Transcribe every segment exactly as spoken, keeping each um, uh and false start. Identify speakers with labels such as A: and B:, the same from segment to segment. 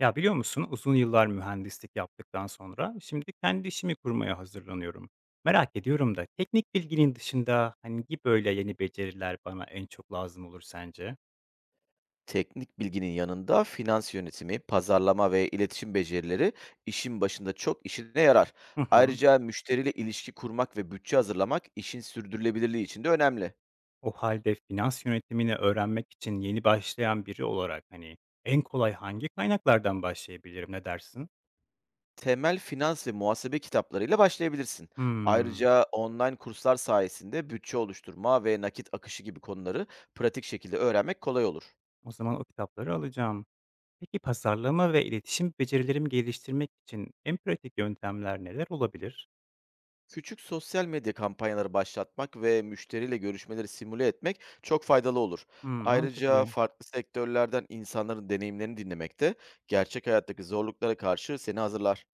A: Ya biliyor musun, uzun yıllar mühendislik yaptıktan sonra şimdi kendi işimi kurmaya hazırlanıyorum. Merak ediyorum da teknik bilginin dışında hangi böyle yeni beceriler bana en çok lazım olur sence?
B: Teknik bilginin yanında finans yönetimi, pazarlama ve iletişim becerileri işin başında çok işine yarar.
A: Hı hı.
B: Ayrıca müşteriyle ilişki kurmak ve bütçe hazırlamak işin sürdürülebilirliği için de önemli.
A: O halde finans yönetimini öğrenmek için yeni başlayan biri olarak hani en kolay hangi kaynaklardan başlayabilirim ne dersin?
B: Temel finans ve muhasebe kitaplarıyla başlayabilirsin.
A: Hmm,
B: Ayrıca online kurslar sayesinde bütçe oluşturma ve nakit akışı gibi konuları pratik şekilde öğrenmek kolay olur.
A: O zaman o kitapları alacağım. Peki pazarlama ve iletişim becerilerimi geliştirmek için en pratik yöntemler neler olabilir?
B: Küçük sosyal medya kampanyaları başlatmak ve müşteriyle görüşmeleri simüle etmek çok faydalı olur.
A: Hmm,
B: Ayrıca
A: mantıklı.
B: farklı sektörlerden insanların deneyimlerini dinlemek de gerçek hayattaki zorluklara karşı seni hazırlar.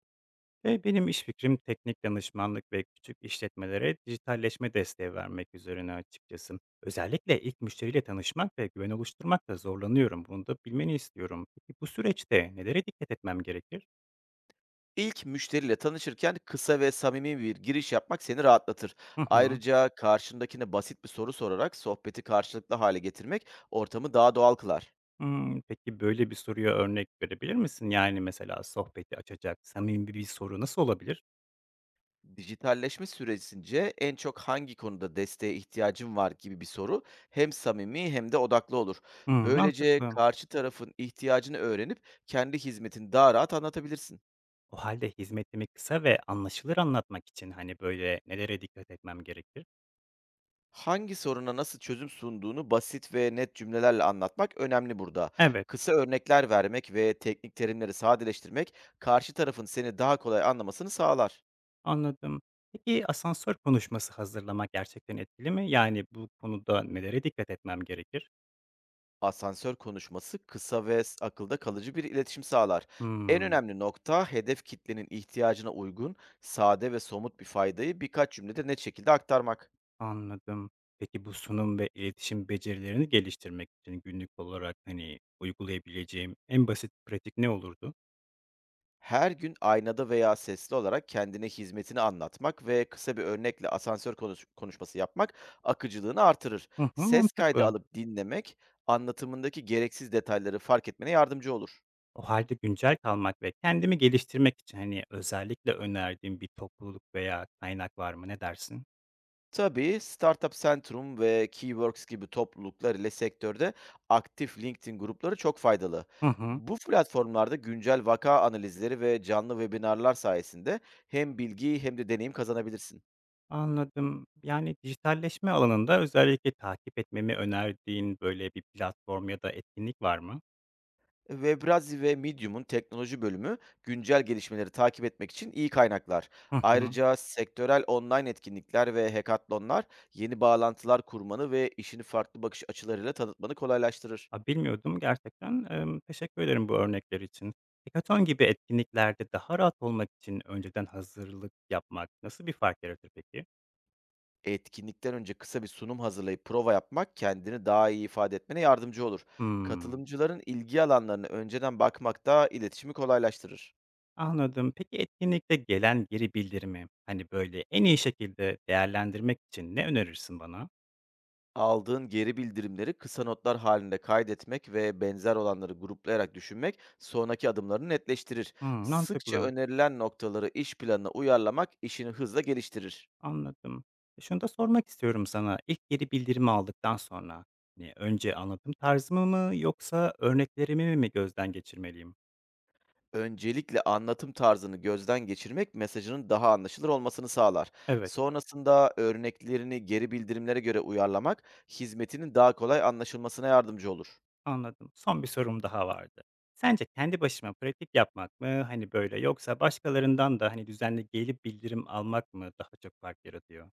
A: Ve benim iş fikrim teknik danışmanlık ve küçük işletmelere dijitalleşme desteği vermek üzerine açıkçası. Özellikle ilk müşteriyle tanışmak ve güven oluşturmakta zorlanıyorum. Bunu da bilmeni istiyorum. Peki bu süreçte nelere dikkat etmem gerekir?
B: İlk müşteriyle tanışırken kısa ve samimi bir giriş yapmak seni rahatlatır.
A: Hı hı.
B: Ayrıca karşındakine basit bir soru sorarak sohbeti karşılıklı hale getirmek ortamı daha doğal kılar.
A: Hmm, peki böyle bir soruya örnek verebilir misin? Yani mesela sohbeti açacak samimi bir soru nasıl olabilir?
B: Dijitalleşme süresince en çok hangi konuda desteğe ihtiyacın var gibi bir soru hem samimi hem de odaklı olur.
A: Hmm,
B: Böylece
A: mantıklı.
B: karşı tarafın ihtiyacını öğrenip kendi hizmetini daha rahat anlatabilirsin.
A: O halde hizmetimi kısa ve anlaşılır anlatmak için hani böyle nelere dikkat etmem gerekir?
B: Hangi soruna nasıl çözüm sunduğunu basit ve net cümlelerle anlatmak önemli burada.
A: Evet.
B: Kısa örnekler vermek ve teknik terimleri sadeleştirmek karşı tarafın seni daha kolay anlamasını sağlar.
A: Anladım. Peki asansör konuşması hazırlamak gerçekten etkili mi? Yani bu konuda nelere dikkat etmem gerekir?
B: Asansör konuşması kısa ve s- akılda kalıcı bir iletişim sağlar. En
A: Hımm,
B: önemli nokta, hedef kitlenin ihtiyacına uygun, sade ve somut bir faydayı birkaç cümlede net şekilde aktarmak.
A: anladım. Peki bu sunum ve iletişim becerilerini geliştirmek için günlük olarak, hani, uygulayabileceğim en basit pratik ne olurdu?
B: Her gün aynada veya sesli olarak kendine hizmetini anlatmak ve kısa bir örnekle asansör konuş- konuşması yapmak akıcılığını artırır.
A: Hı hı,
B: Ses kaydı
A: mantıklı.
B: alıp dinlemek anlatımındaki gereksiz detayları fark etmene yardımcı olur.
A: O halde güncel kalmak ve kendimi geliştirmek için, hani, özellikle önerdiğim bir topluluk veya kaynak var mı? Ne dersin?
B: Tabii, Startup Centrum ve Keyworks gibi topluluklar ile sektörde aktif LinkedIn grupları çok faydalı.
A: Hı hı.
B: Bu platformlarda güncel vaka analizleri ve canlı webinarlar sayesinde hem bilgi hem de deneyim kazanabilirsin.
A: Anladım. Yani, dijitalleşme alanında özellikle takip etmemi önerdiğin, böyle, bir platform ya da etkinlik var mı?
B: Webrazi ve Medium'un teknoloji bölümü güncel gelişmeleri takip etmek için iyi kaynaklar.
A: Hı hı.
B: Ayrıca sektörel online etkinlikler ve hackathonlar yeni bağlantılar kurmanı ve işini farklı bakış açılarıyla tanıtmanı kolaylaştırır.
A: A, bilmiyordum gerçekten. Emm, teşekkür ederim bu örnekler için. Hackathon gibi etkinliklerde daha rahat olmak için önceden hazırlık yapmak nasıl bir fark yaratır peki?
B: Etkinlikten önce kısa bir sunum hazırlayıp prova yapmak kendini daha iyi ifade etmene yardımcı olur.
A: Hımm,
B: Katılımcıların ilgi alanlarını önceden bakmak da iletişimi kolaylaştırır.
A: anladım. Peki etkinlikte gelen geri bildirimi, hani, böyle, en iyi şekilde değerlendirmek için ne önerirsin bana?
B: Aldığın geri bildirimleri kısa notlar halinde kaydetmek ve benzer olanları gruplayarak düşünmek sonraki adımlarını netleştirir.
A: Hımm,
B: Sıkça
A: mantıklı.
B: önerilen noktaları iş planına uyarlamak işini hızla geliştirir.
A: Anladım. E, şunu da sormak istiyorum sana. İlk geri bildirimi aldıktan sonra, hani, önce anlatım tarzımı mı yoksa örneklerimi mi gözden geçirmeliyim?
B: Öncelikle anlatım tarzını gözden geçirmek mesajının daha anlaşılır olmasını sağlar.
A: Evet,
B: Sonrasında örneklerini geri bildirimlere göre uyarlamak hizmetinin daha kolay anlaşılmasına yardımcı olur.
A: anladım. Son bir sorum daha vardı. Sence kendi başıma pratik yapmak mı, hani, böyle yoksa başkalarından da, hani, düzenli gelip bildirim almak mı daha çok fark yaratıyor?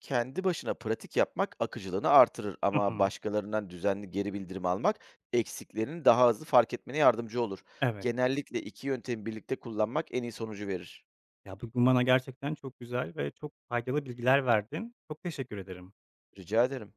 B: Kendi başına pratik yapmak akıcılığını artırır,
A: Hı
B: ama
A: hı.
B: başkalarından düzenli geri bildirim almak eksiklerini daha hızlı fark etmene yardımcı olur.
A: Evet.
B: Genellikle iki yöntemi birlikte kullanmak en iyi sonucu verir.
A: Ya, bugün bana gerçekten çok güzel ve çok faydalı bilgiler verdin. Çok teşekkür ederim.
B: Rica ederim.